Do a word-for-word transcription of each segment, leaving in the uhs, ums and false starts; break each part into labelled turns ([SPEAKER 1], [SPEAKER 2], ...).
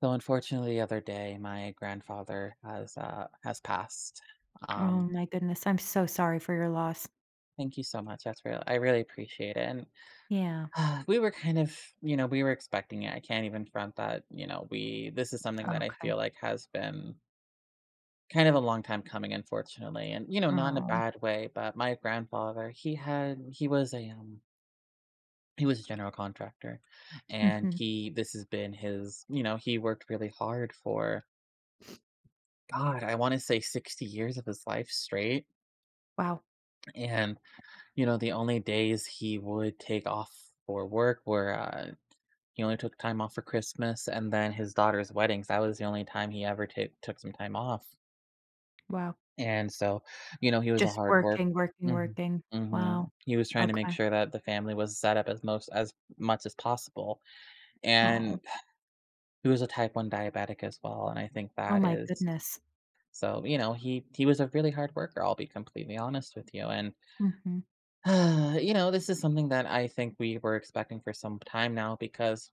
[SPEAKER 1] So unfortunately, the other day, my grandfather has uh has passed.
[SPEAKER 2] Oh
[SPEAKER 1] Um,
[SPEAKER 2] my goodness. I'm so sorry for your loss.
[SPEAKER 1] Thank you so much. That's real. I really appreciate it.
[SPEAKER 2] Yeah.
[SPEAKER 1] And we were kind of, you know, we were expecting it. I can't even front that. You know, we this is something that I
[SPEAKER 2] Okay.
[SPEAKER 1] feel like has been kind of a long time coming, unfortunately. And you know, not in a
[SPEAKER 2] Oh.
[SPEAKER 1] bad way, but my grandfather, he had he was a um he was a general contractor, and
[SPEAKER 2] Hmm.
[SPEAKER 1] he this has been his. You know, he worked really hard for. God, I want to say sixty years of his life straight.
[SPEAKER 2] Wow.
[SPEAKER 1] And, you know, the only days he would take off for work were, uh, he only took time off for Christmas and then his daughter's weddings. That was the only time he ever ta took some time off.
[SPEAKER 2] Wow.
[SPEAKER 1] And so, you know, he was a
[SPEAKER 2] Just
[SPEAKER 1] hard work.
[SPEAKER 2] working, working,
[SPEAKER 1] Mhm,
[SPEAKER 2] working. Wow.
[SPEAKER 1] mhm. He was trying to
[SPEAKER 2] Okay.
[SPEAKER 1] make sure that the family was set up as most as much as possible.
[SPEAKER 2] Oh.
[SPEAKER 1] And he was a type one diabetic as well, and I think
[SPEAKER 2] Oh
[SPEAKER 1] that
[SPEAKER 2] my
[SPEAKER 1] is
[SPEAKER 2] goodness.
[SPEAKER 1] so, you know, he he was a really hard worker, I'll be completely honest with you, and
[SPEAKER 2] Hmm.
[SPEAKER 1] you know, this is something that I think we were expecting for some time now because,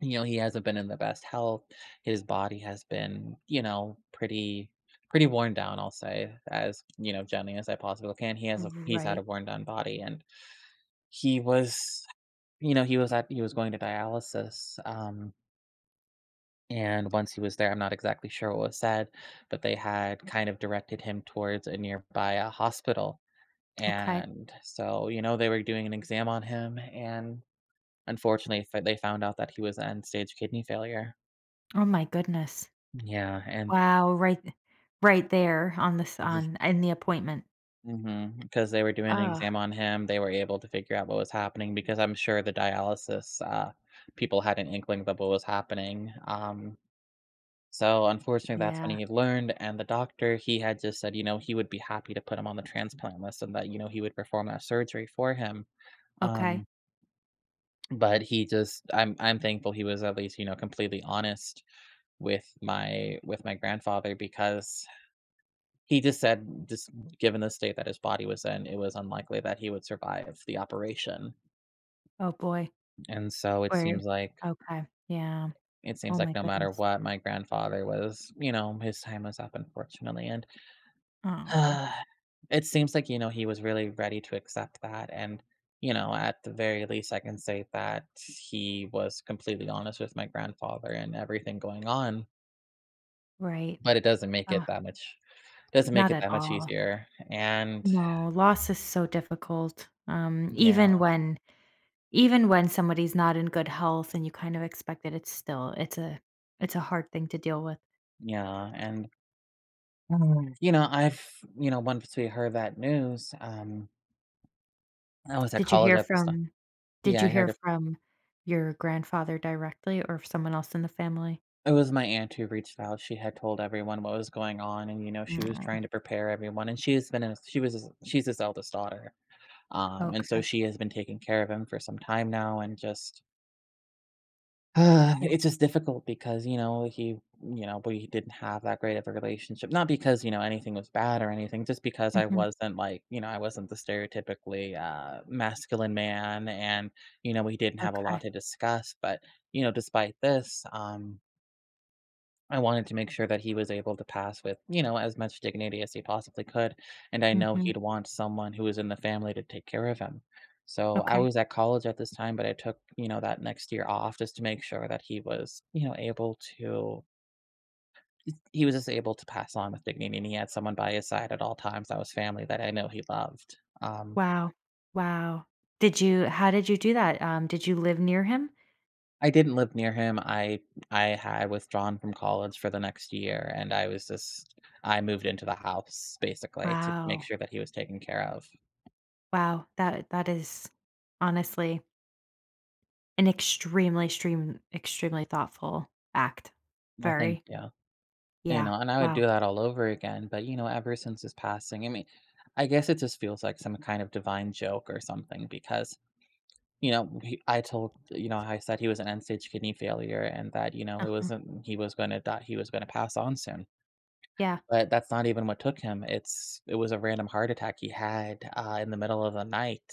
[SPEAKER 1] you know, he hasn't been in the best health. His body has been, you know, pretty pretty worn down, I'll say, as, you know, gently as I possibly can. He has a he's had a
[SPEAKER 2] Right.
[SPEAKER 1] worn down body and he was you know, he was at he was going to dialysis. Um and once he was there, I'm not exactly sure what was said, but they had kind of directed him towards a nearby uh, hospital.
[SPEAKER 2] Okay.
[SPEAKER 1] And so, you know, they were doing an exam on him, and unfortunately, f they found out that he was end-stage kidney failure.
[SPEAKER 2] Oh my goodness.
[SPEAKER 1] Yeah, and
[SPEAKER 2] Wow. Right. th- Right there on this
[SPEAKER 1] because
[SPEAKER 2] on in the appointment.
[SPEAKER 1] they were doing an
[SPEAKER 2] Oh,
[SPEAKER 1] exam on him, they were able to figure out what was happening because I'm sure the dialysis, uh, people had an inkling of what was happening, um, so unfortunately, that's when
[SPEAKER 2] yeah.
[SPEAKER 1] he learned, and the doctor, he had just said, you know, he would be happy to put him on the transplant list and that, you know, he would perform that surgery for him,
[SPEAKER 2] Okay.
[SPEAKER 1] um. But he just I'm I'm thankful he was at least, you know, completely honest with my with my grandfather because he just said just given the state that his body was in, it was unlikely that he would survive the operation.
[SPEAKER 2] Oh boy.
[SPEAKER 1] And so it
[SPEAKER 2] Where?
[SPEAKER 1] seems like
[SPEAKER 2] Okay. Yeah.
[SPEAKER 1] it
[SPEAKER 2] Oh
[SPEAKER 1] seems like
[SPEAKER 2] my
[SPEAKER 1] no matter
[SPEAKER 2] goodness.
[SPEAKER 1] what, my grandfather was, you know, his time was up, unfortunately. And
[SPEAKER 2] Oh.
[SPEAKER 1] Uh, it seems like, you know, he was really ready to accept that, and, you know, at the very least, I can say that he was completely honest with my grandfather and everything going on,
[SPEAKER 2] Right.
[SPEAKER 1] but it doesn't make it
[SPEAKER 2] Uh,
[SPEAKER 1] that much doesn't make
[SPEAKER 2] not
[SPEAKER 1] it
[SPEAKER 2] at
[SPEAKER 1] that much
[SPEAKER 2] all.
[SPEAKER 1] easier, and
[SPEAKER 2] No, loss is so difficult. Um,
[SPEAKER 1] yeah,
[SPEAKER 2] even when even when somebody's not in good health and you kind of expect it, it's still it's a it's a hard thing to deal with.
[SPEAKER 1] yeah, and, Mm. you know, I've you know, once we heard that news, um, I was at
[SPEAKER 2] Did you
[SPEAKER 1] college
[SPEAKER 2] hear
[SPEAKER 1] at this time.
[SPEAKER 2] from did
[SPEAKER 1] Yeah,
[SPEAKER 2] you
[SPEAKER 1] I
[SPEAKER 2] hear
[SPEAKER 1] heard.
[SPEAKER 2] from your grandfather directly or someone else in the family?
[SPEAKER 1] It was my aunt who reached out. She had told everyone what was going on, and, you know, she was
[SPEAKER 2] Mm,
[SPEAKER 1] trying to prepare everyone, and she has been in she was his she's his eldest daughter, um, and so
[SPEAKER 2] okay.
[SPEAKER 1] she has been taking care of him for some time now, and just
[SPEAKER 2] Yeah.
[SPEAKER 1] it's just difficult because, you know, he you know, we didn't have that great of a relationship, not because, you know, anything was bad or anything, just because I
[SPEAKER 2] Mhm.
[SPEAKER 1] wasn't like you know, I wasn't the stereotypically, uh, masculine man, and, you know, we didn't have a lot
[SPEAKER 2] Okay.
[SPEAKER 1] to discuss, but, you know, despite this, um, I wanted to make sure that he was able to pass with, you know, as much dignity as he possibly could, and I know
[SPEAKER 2] Mhm.
[SPEAKER 1] he'd want someone who was in the family to take care of him. So, I
[SPEAKER 2] Okay.
[SPEAKER 1] was at college at this time, but I took, you know, that next year off just to make sure that he was, you know, able to he was just able to pass on with dignity, and he had someone by his side at all times that was family that I know he loved. Um,
[SPEAKER 2] Wow. Wow. Did you how did you do that? Um, did you live near him?
[SPEAKER 1] I didn't live near him. I I had withdrawn from college for the next year, and I was just I moved into the house basically to make
[SPEAKER 2] Wow.
[SPEAKER 1] sure that he was taken care of.
[SPEAKER 2] Wow. That that is honestly an extremely, extreme extremely thoughtful act.
[SPEAKER 1] Well, thank
[SPEAKER 2] Very.
[SPEAKER 1] you. You
[SPEAKER 2] Yeah.
[SPEAKER 1] know, and I would do
[SPEAKER 2] Wow.
[SPEAKER 1] that all over again. But you know, ever since his passing, I mean, I guess it just feels like some kind of divine joke or something because you know he, I told you know I said he was an end stage kidney failure and that you know it
[SPEAKER 2] Uh-huh.
[SPEAKER 1] wasn't he was going to die he was going to pass on soon.
[SPEAKER 2] Yeah.
[SPEAKER 1] But that's not even what took him, it's it was a random heart attack he had, uh, in the middle of the night,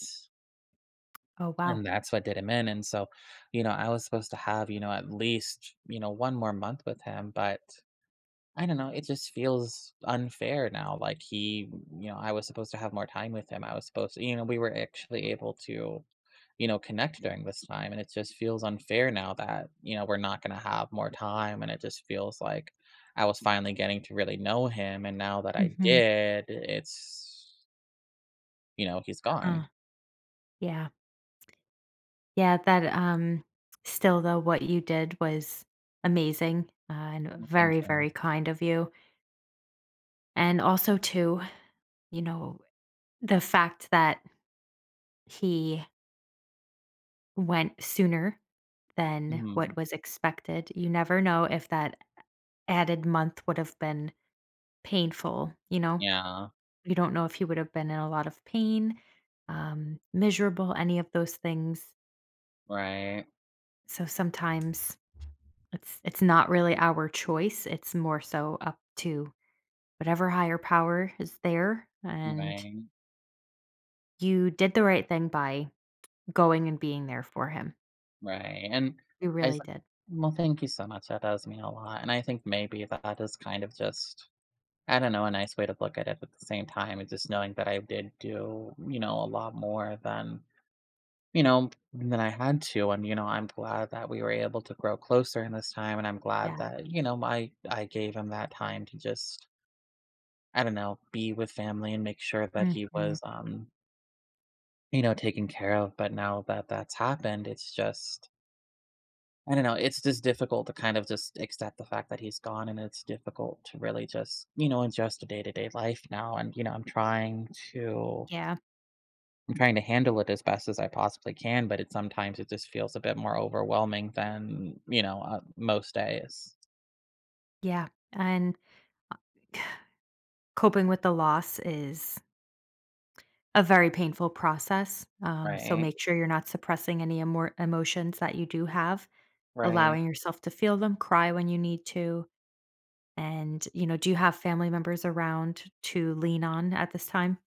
[SPEAKER 2] Oh, wow.
[SPEAKER 1] and that's what did him in, and so, you know, I was supposed to have, you know, at least, you know, one more month with him, but I don't know, it just feels unfair now, like, he you know, I was supposed to have more time with him, I was supposed to you know, we were actually able to you know, connect during this time. And it just feels unfair now that, you know, we're not going to have more time. And it just feels like I was finally getting to really know him. And now that I
[SPEAKER 2] Mhm.
[SPEAKER 1] did, it's, you know, he's gone.
[SPEAKER 2] Huh. Yeah. Yeah, that, um still though, what you did was amazing, uh, and
[SPEAKER 1] Well, thank
[SPEAKER 2] very,
[SPEAKER 1] you.
[SPEAKER 2] very kind of you. And also too, you know, the fact that he went sooner than what
[SPEAKER 1] Mhm.
[SPEAKER 2] was expected, you never know if that added month would have been painful, you know?
[SPEAKER 1] Yeah.
[SPEAKER 2] You don't know if he would have been in a lot of pain, um, miserable, any of those things.
[SPEAKER 1] Right.
[SPEAKER 2] So sometimes it's it's not really our choice. It's more so up to whatever higher power is there. And
[SPEAKER 1] Right.
[SPEAKER 2] you did the right thing by going and being there for him.
[SPEAKER 1] Right. And
[SPEAKER 2] You
[SPEAKER 1] I, s-
[SPEAKER 2] really did.
[SPEAKER 1] well, thank you so much. That does mean a lot. And I think maybe that is kind of just, I don't know, a nice way to look at it at the same time is just knowing that I did do, you know, a lot more than you know, than I had to. And, you know, I'm glad that we were able to grow closer in this time. And I'm glad
[SPEAKER 2] Yeah.
[SPEAKER 1] that, you know, I, I gave him that time to just, I don't know, be with family and make sure that he
[SPEAKER 2] Mhm.
[SPEAKER 1] was, um, you know, taken care of. But now that that's happened, it's just, I don't know, it's just difficult to kind of just accept the fact that he's gone. And it's difficult to really just, you know, adjust to day to day life now. And, you know, I'm trying to
[SPEAKER 2] Yeah.
[SPEAKER 1] I'm trying to handle it as best as I possibly can, but it sometimes it just feels a bit more overwhelming than, you know, uh, most days.
[SPEAKER 2] Yeah. And coping with the loss is a very painful process. Um, so
[SPEAKER 1] Right,
[SPEAKER 2] make sure you're not suppressing any emo- emotions that you do have.
[SPEAKER 1] right.
[SPEAKER 2] Allowing yourself to feel them, cry when you need to, and, you know, do you have family members around to lean on at this time?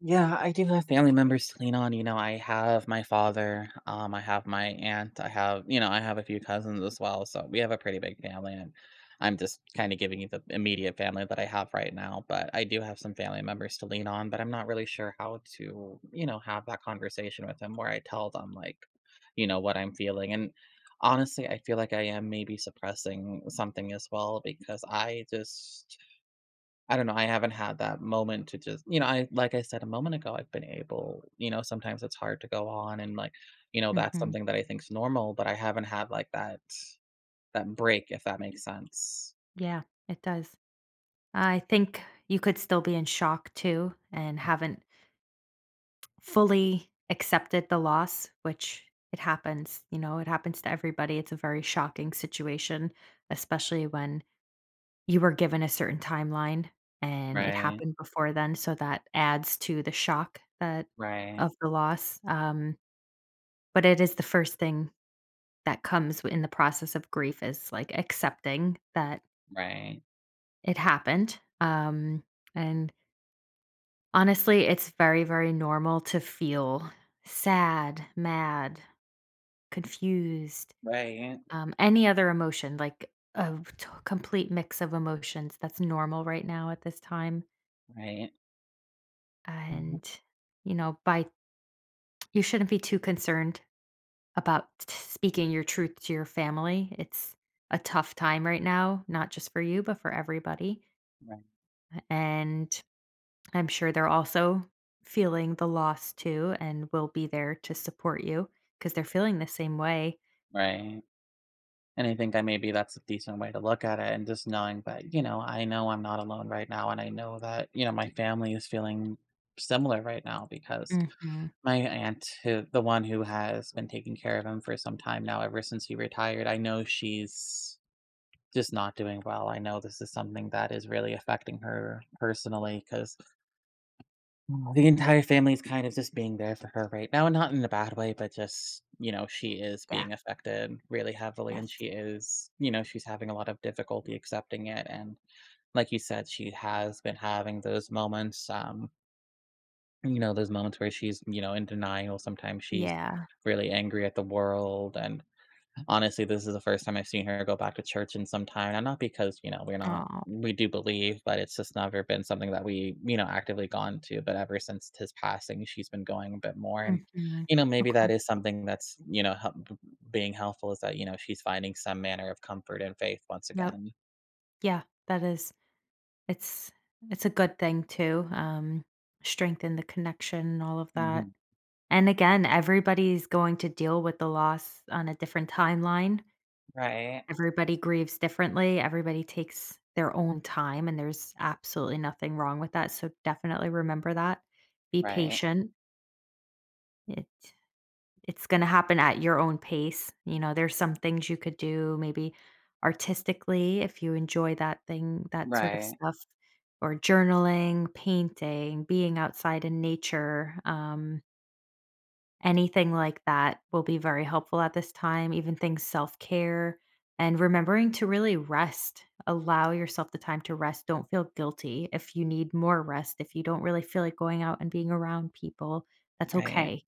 [SPEAKER 1] Yeah, I do have family members to lean on, you know, I have my father, um, I have my aunt, I have you know, I have a few cousins as well, so we have a pretty big family, and I'm just kinda giving you the immediate family that I have right now, but I do have some family members to lean on, but I'm not really sure how to, you know, have that conversation with them where I tell them, like, you know, what I'm feeling, and honestly, I feel like I am maybe suppressing something as well because I just I don't know, I haven't had that moment to just you know, I like I said a moment ago, I've been able you know, sometimes it's hard to go on and, like, you know, that's
[SPEAKER 2] Mhm.
[SPEAKER 1] something that I think's normal, but I haven't had, like, that that break, if that makes sense.
[SPEAKER 2] Yeah, it does. I think you could still be in shock too and haven't fully accepted the loss, which it happens, you know, it happens to everybody. It's a very shocking situation, especially when you were given a certain timeline and it
[SPEAKER 1] Right,
[SPEAKER 2] happened before then, so that adds to the shock that
[SPEAKER 1] right,
[SPEAKER 2] of the loss, um. But it is the first thing that comes in the process of grief is like accepting that
[SPEAKER 1] right,
[SPEAKER 2] it happened. Um, and honestly, it's very, very normal to feel sad, mad, confused,
[SPEAKER 1] right,
[SPEAKER 2] um, any other emotion, like a t- complete mix of emotions. That's normal right now at this time.
[SPEAKER 1] right, mhm,
[SPEAKER 2] And, you know, by you shouldn't be too concerned about t- speaking your truth to your family. It's a tough time right now, not just for you, but for everybody.
[SPEAKER 1] right,
[SPEAKER 2] And I'm sure they're also feeling the loss too and will be there to support you because they're feeling the same way.
[SPEAKER 1] right, and I think that maybe that's a decent way to look at it and just knowing that, you know, I know I'm not alone right now, and I know that, you know, my family is feeling similar right now because
[SPEAKER 2] Hmm.
[SPEAKER 1] my aunt, who the one who has been taking care of him for some time now, ever since he retired, I know she's just not doing well. I know this is something that is really affecting her personally because the entire family is kind of just being there for her right now, and not in a bad way, but just, you know, she is
[SPEAKER 2] Yeah.
[SPEAKER 1] being affected really heavily and
[SPEAKER 2] Yes.
[SPEAKER 1] she is, you know, she's having a lot of difficulty accepting it. And like you said, she has been having those moments um, you know, those moments where she's, you know, in denial. Sometimes she's
[SPEAKER 2] Yeah.
[SPEAKER 1] really angry at the world. And honestly, this is the first time I've seen her go back to church in some time. And not because, you know, we're not,
[SPEAKER 2] Oh.
[SPEAKER 1] we do believe, but it's just never been something that we, you know, actively gone to. But ever since his passing, she's been going a bit more. And,
[SPEAKER 2] Hmm.
[SPEAKER 1] you know, maybe
[SPEAKER 2] Okay.
[SPEAKER 1] that is something that's, you know, help, being helpful is that, you know, she's finding some manner of comfort and faith once
[SPEAKER 2] Yep.
[SPEAKER 1] again.
[SPEAKER 2] Yeah. That is. It's. It's a good thing too. Um, strengthen the connection and all of that.
[SPEAKER 1] Hmm.
[SPEAKER 2] And again, everybody's going to deal with the loss on a different timeline.
[SPEAKER 1] Right.
[SPEAKER 2] Everybody grieves differently. Everybody takes their own time, and there's absolutely nothing wrong with that. So definitely remember that. Be
[SPEAKER 1] Right.
[SPEAKER 2] patient. It it's going to happen at your own pace. You know, there's some things you could do maybe artistically if you enjoy that thing, that sort of
[SPEAKER 1] Right.
[SPEAKER 2] stuff, or journaling, painting, being outside in nature. Um, Anything like that will be very helpful at this time, even things self-care and remembering to really rest. Allow yourself the time to rest. Don't feel guilty if you need more rest, if you don't really feel like going out and being around people, that's
[SPEAKER 1] Right.
[SPEAKER 2] okay.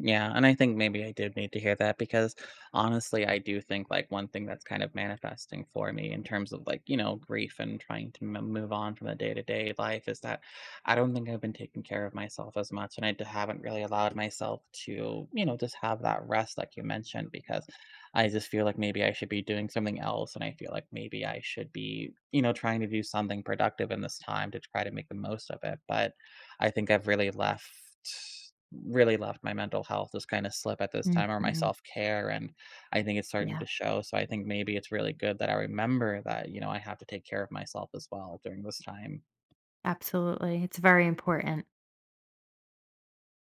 [SPEAKER 1] Yeah, and I think maybe I did need to hear that because honestly, I do think like one thing that's kind of manifesting for me in terms of like, you know, grief and trying to m- move on from the day to day life is that I don't think I've been taking care of myself as much. And I d- haven't really allowed myself to, you know, just have that rest, like you mentioned, because I just feel like maybe I should be doing something else. And I feel like maybe I should be, you know, trying to do something productive in this time to try to make the most of it. But I think I've really left. Really left my mental health just kinda slip at this time or my
[SPEAKER 2] Mhm.
[SPEAKER 1] self-care, and I think it's starting
[SPEAKER 2] Yeah,
[SPEAKER 1] to show, so I think maybe it's really good that I remember that, you know, I have to take care of myself as well during this time.
[SPEAKER 2] absolutely. It's very important.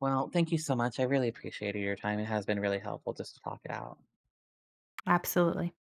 [SPEAKER 1] Well, thank you so much, I really appreciated your time, it has been really helpful just to talk it out.
[SPEAKER 2] Absolutely.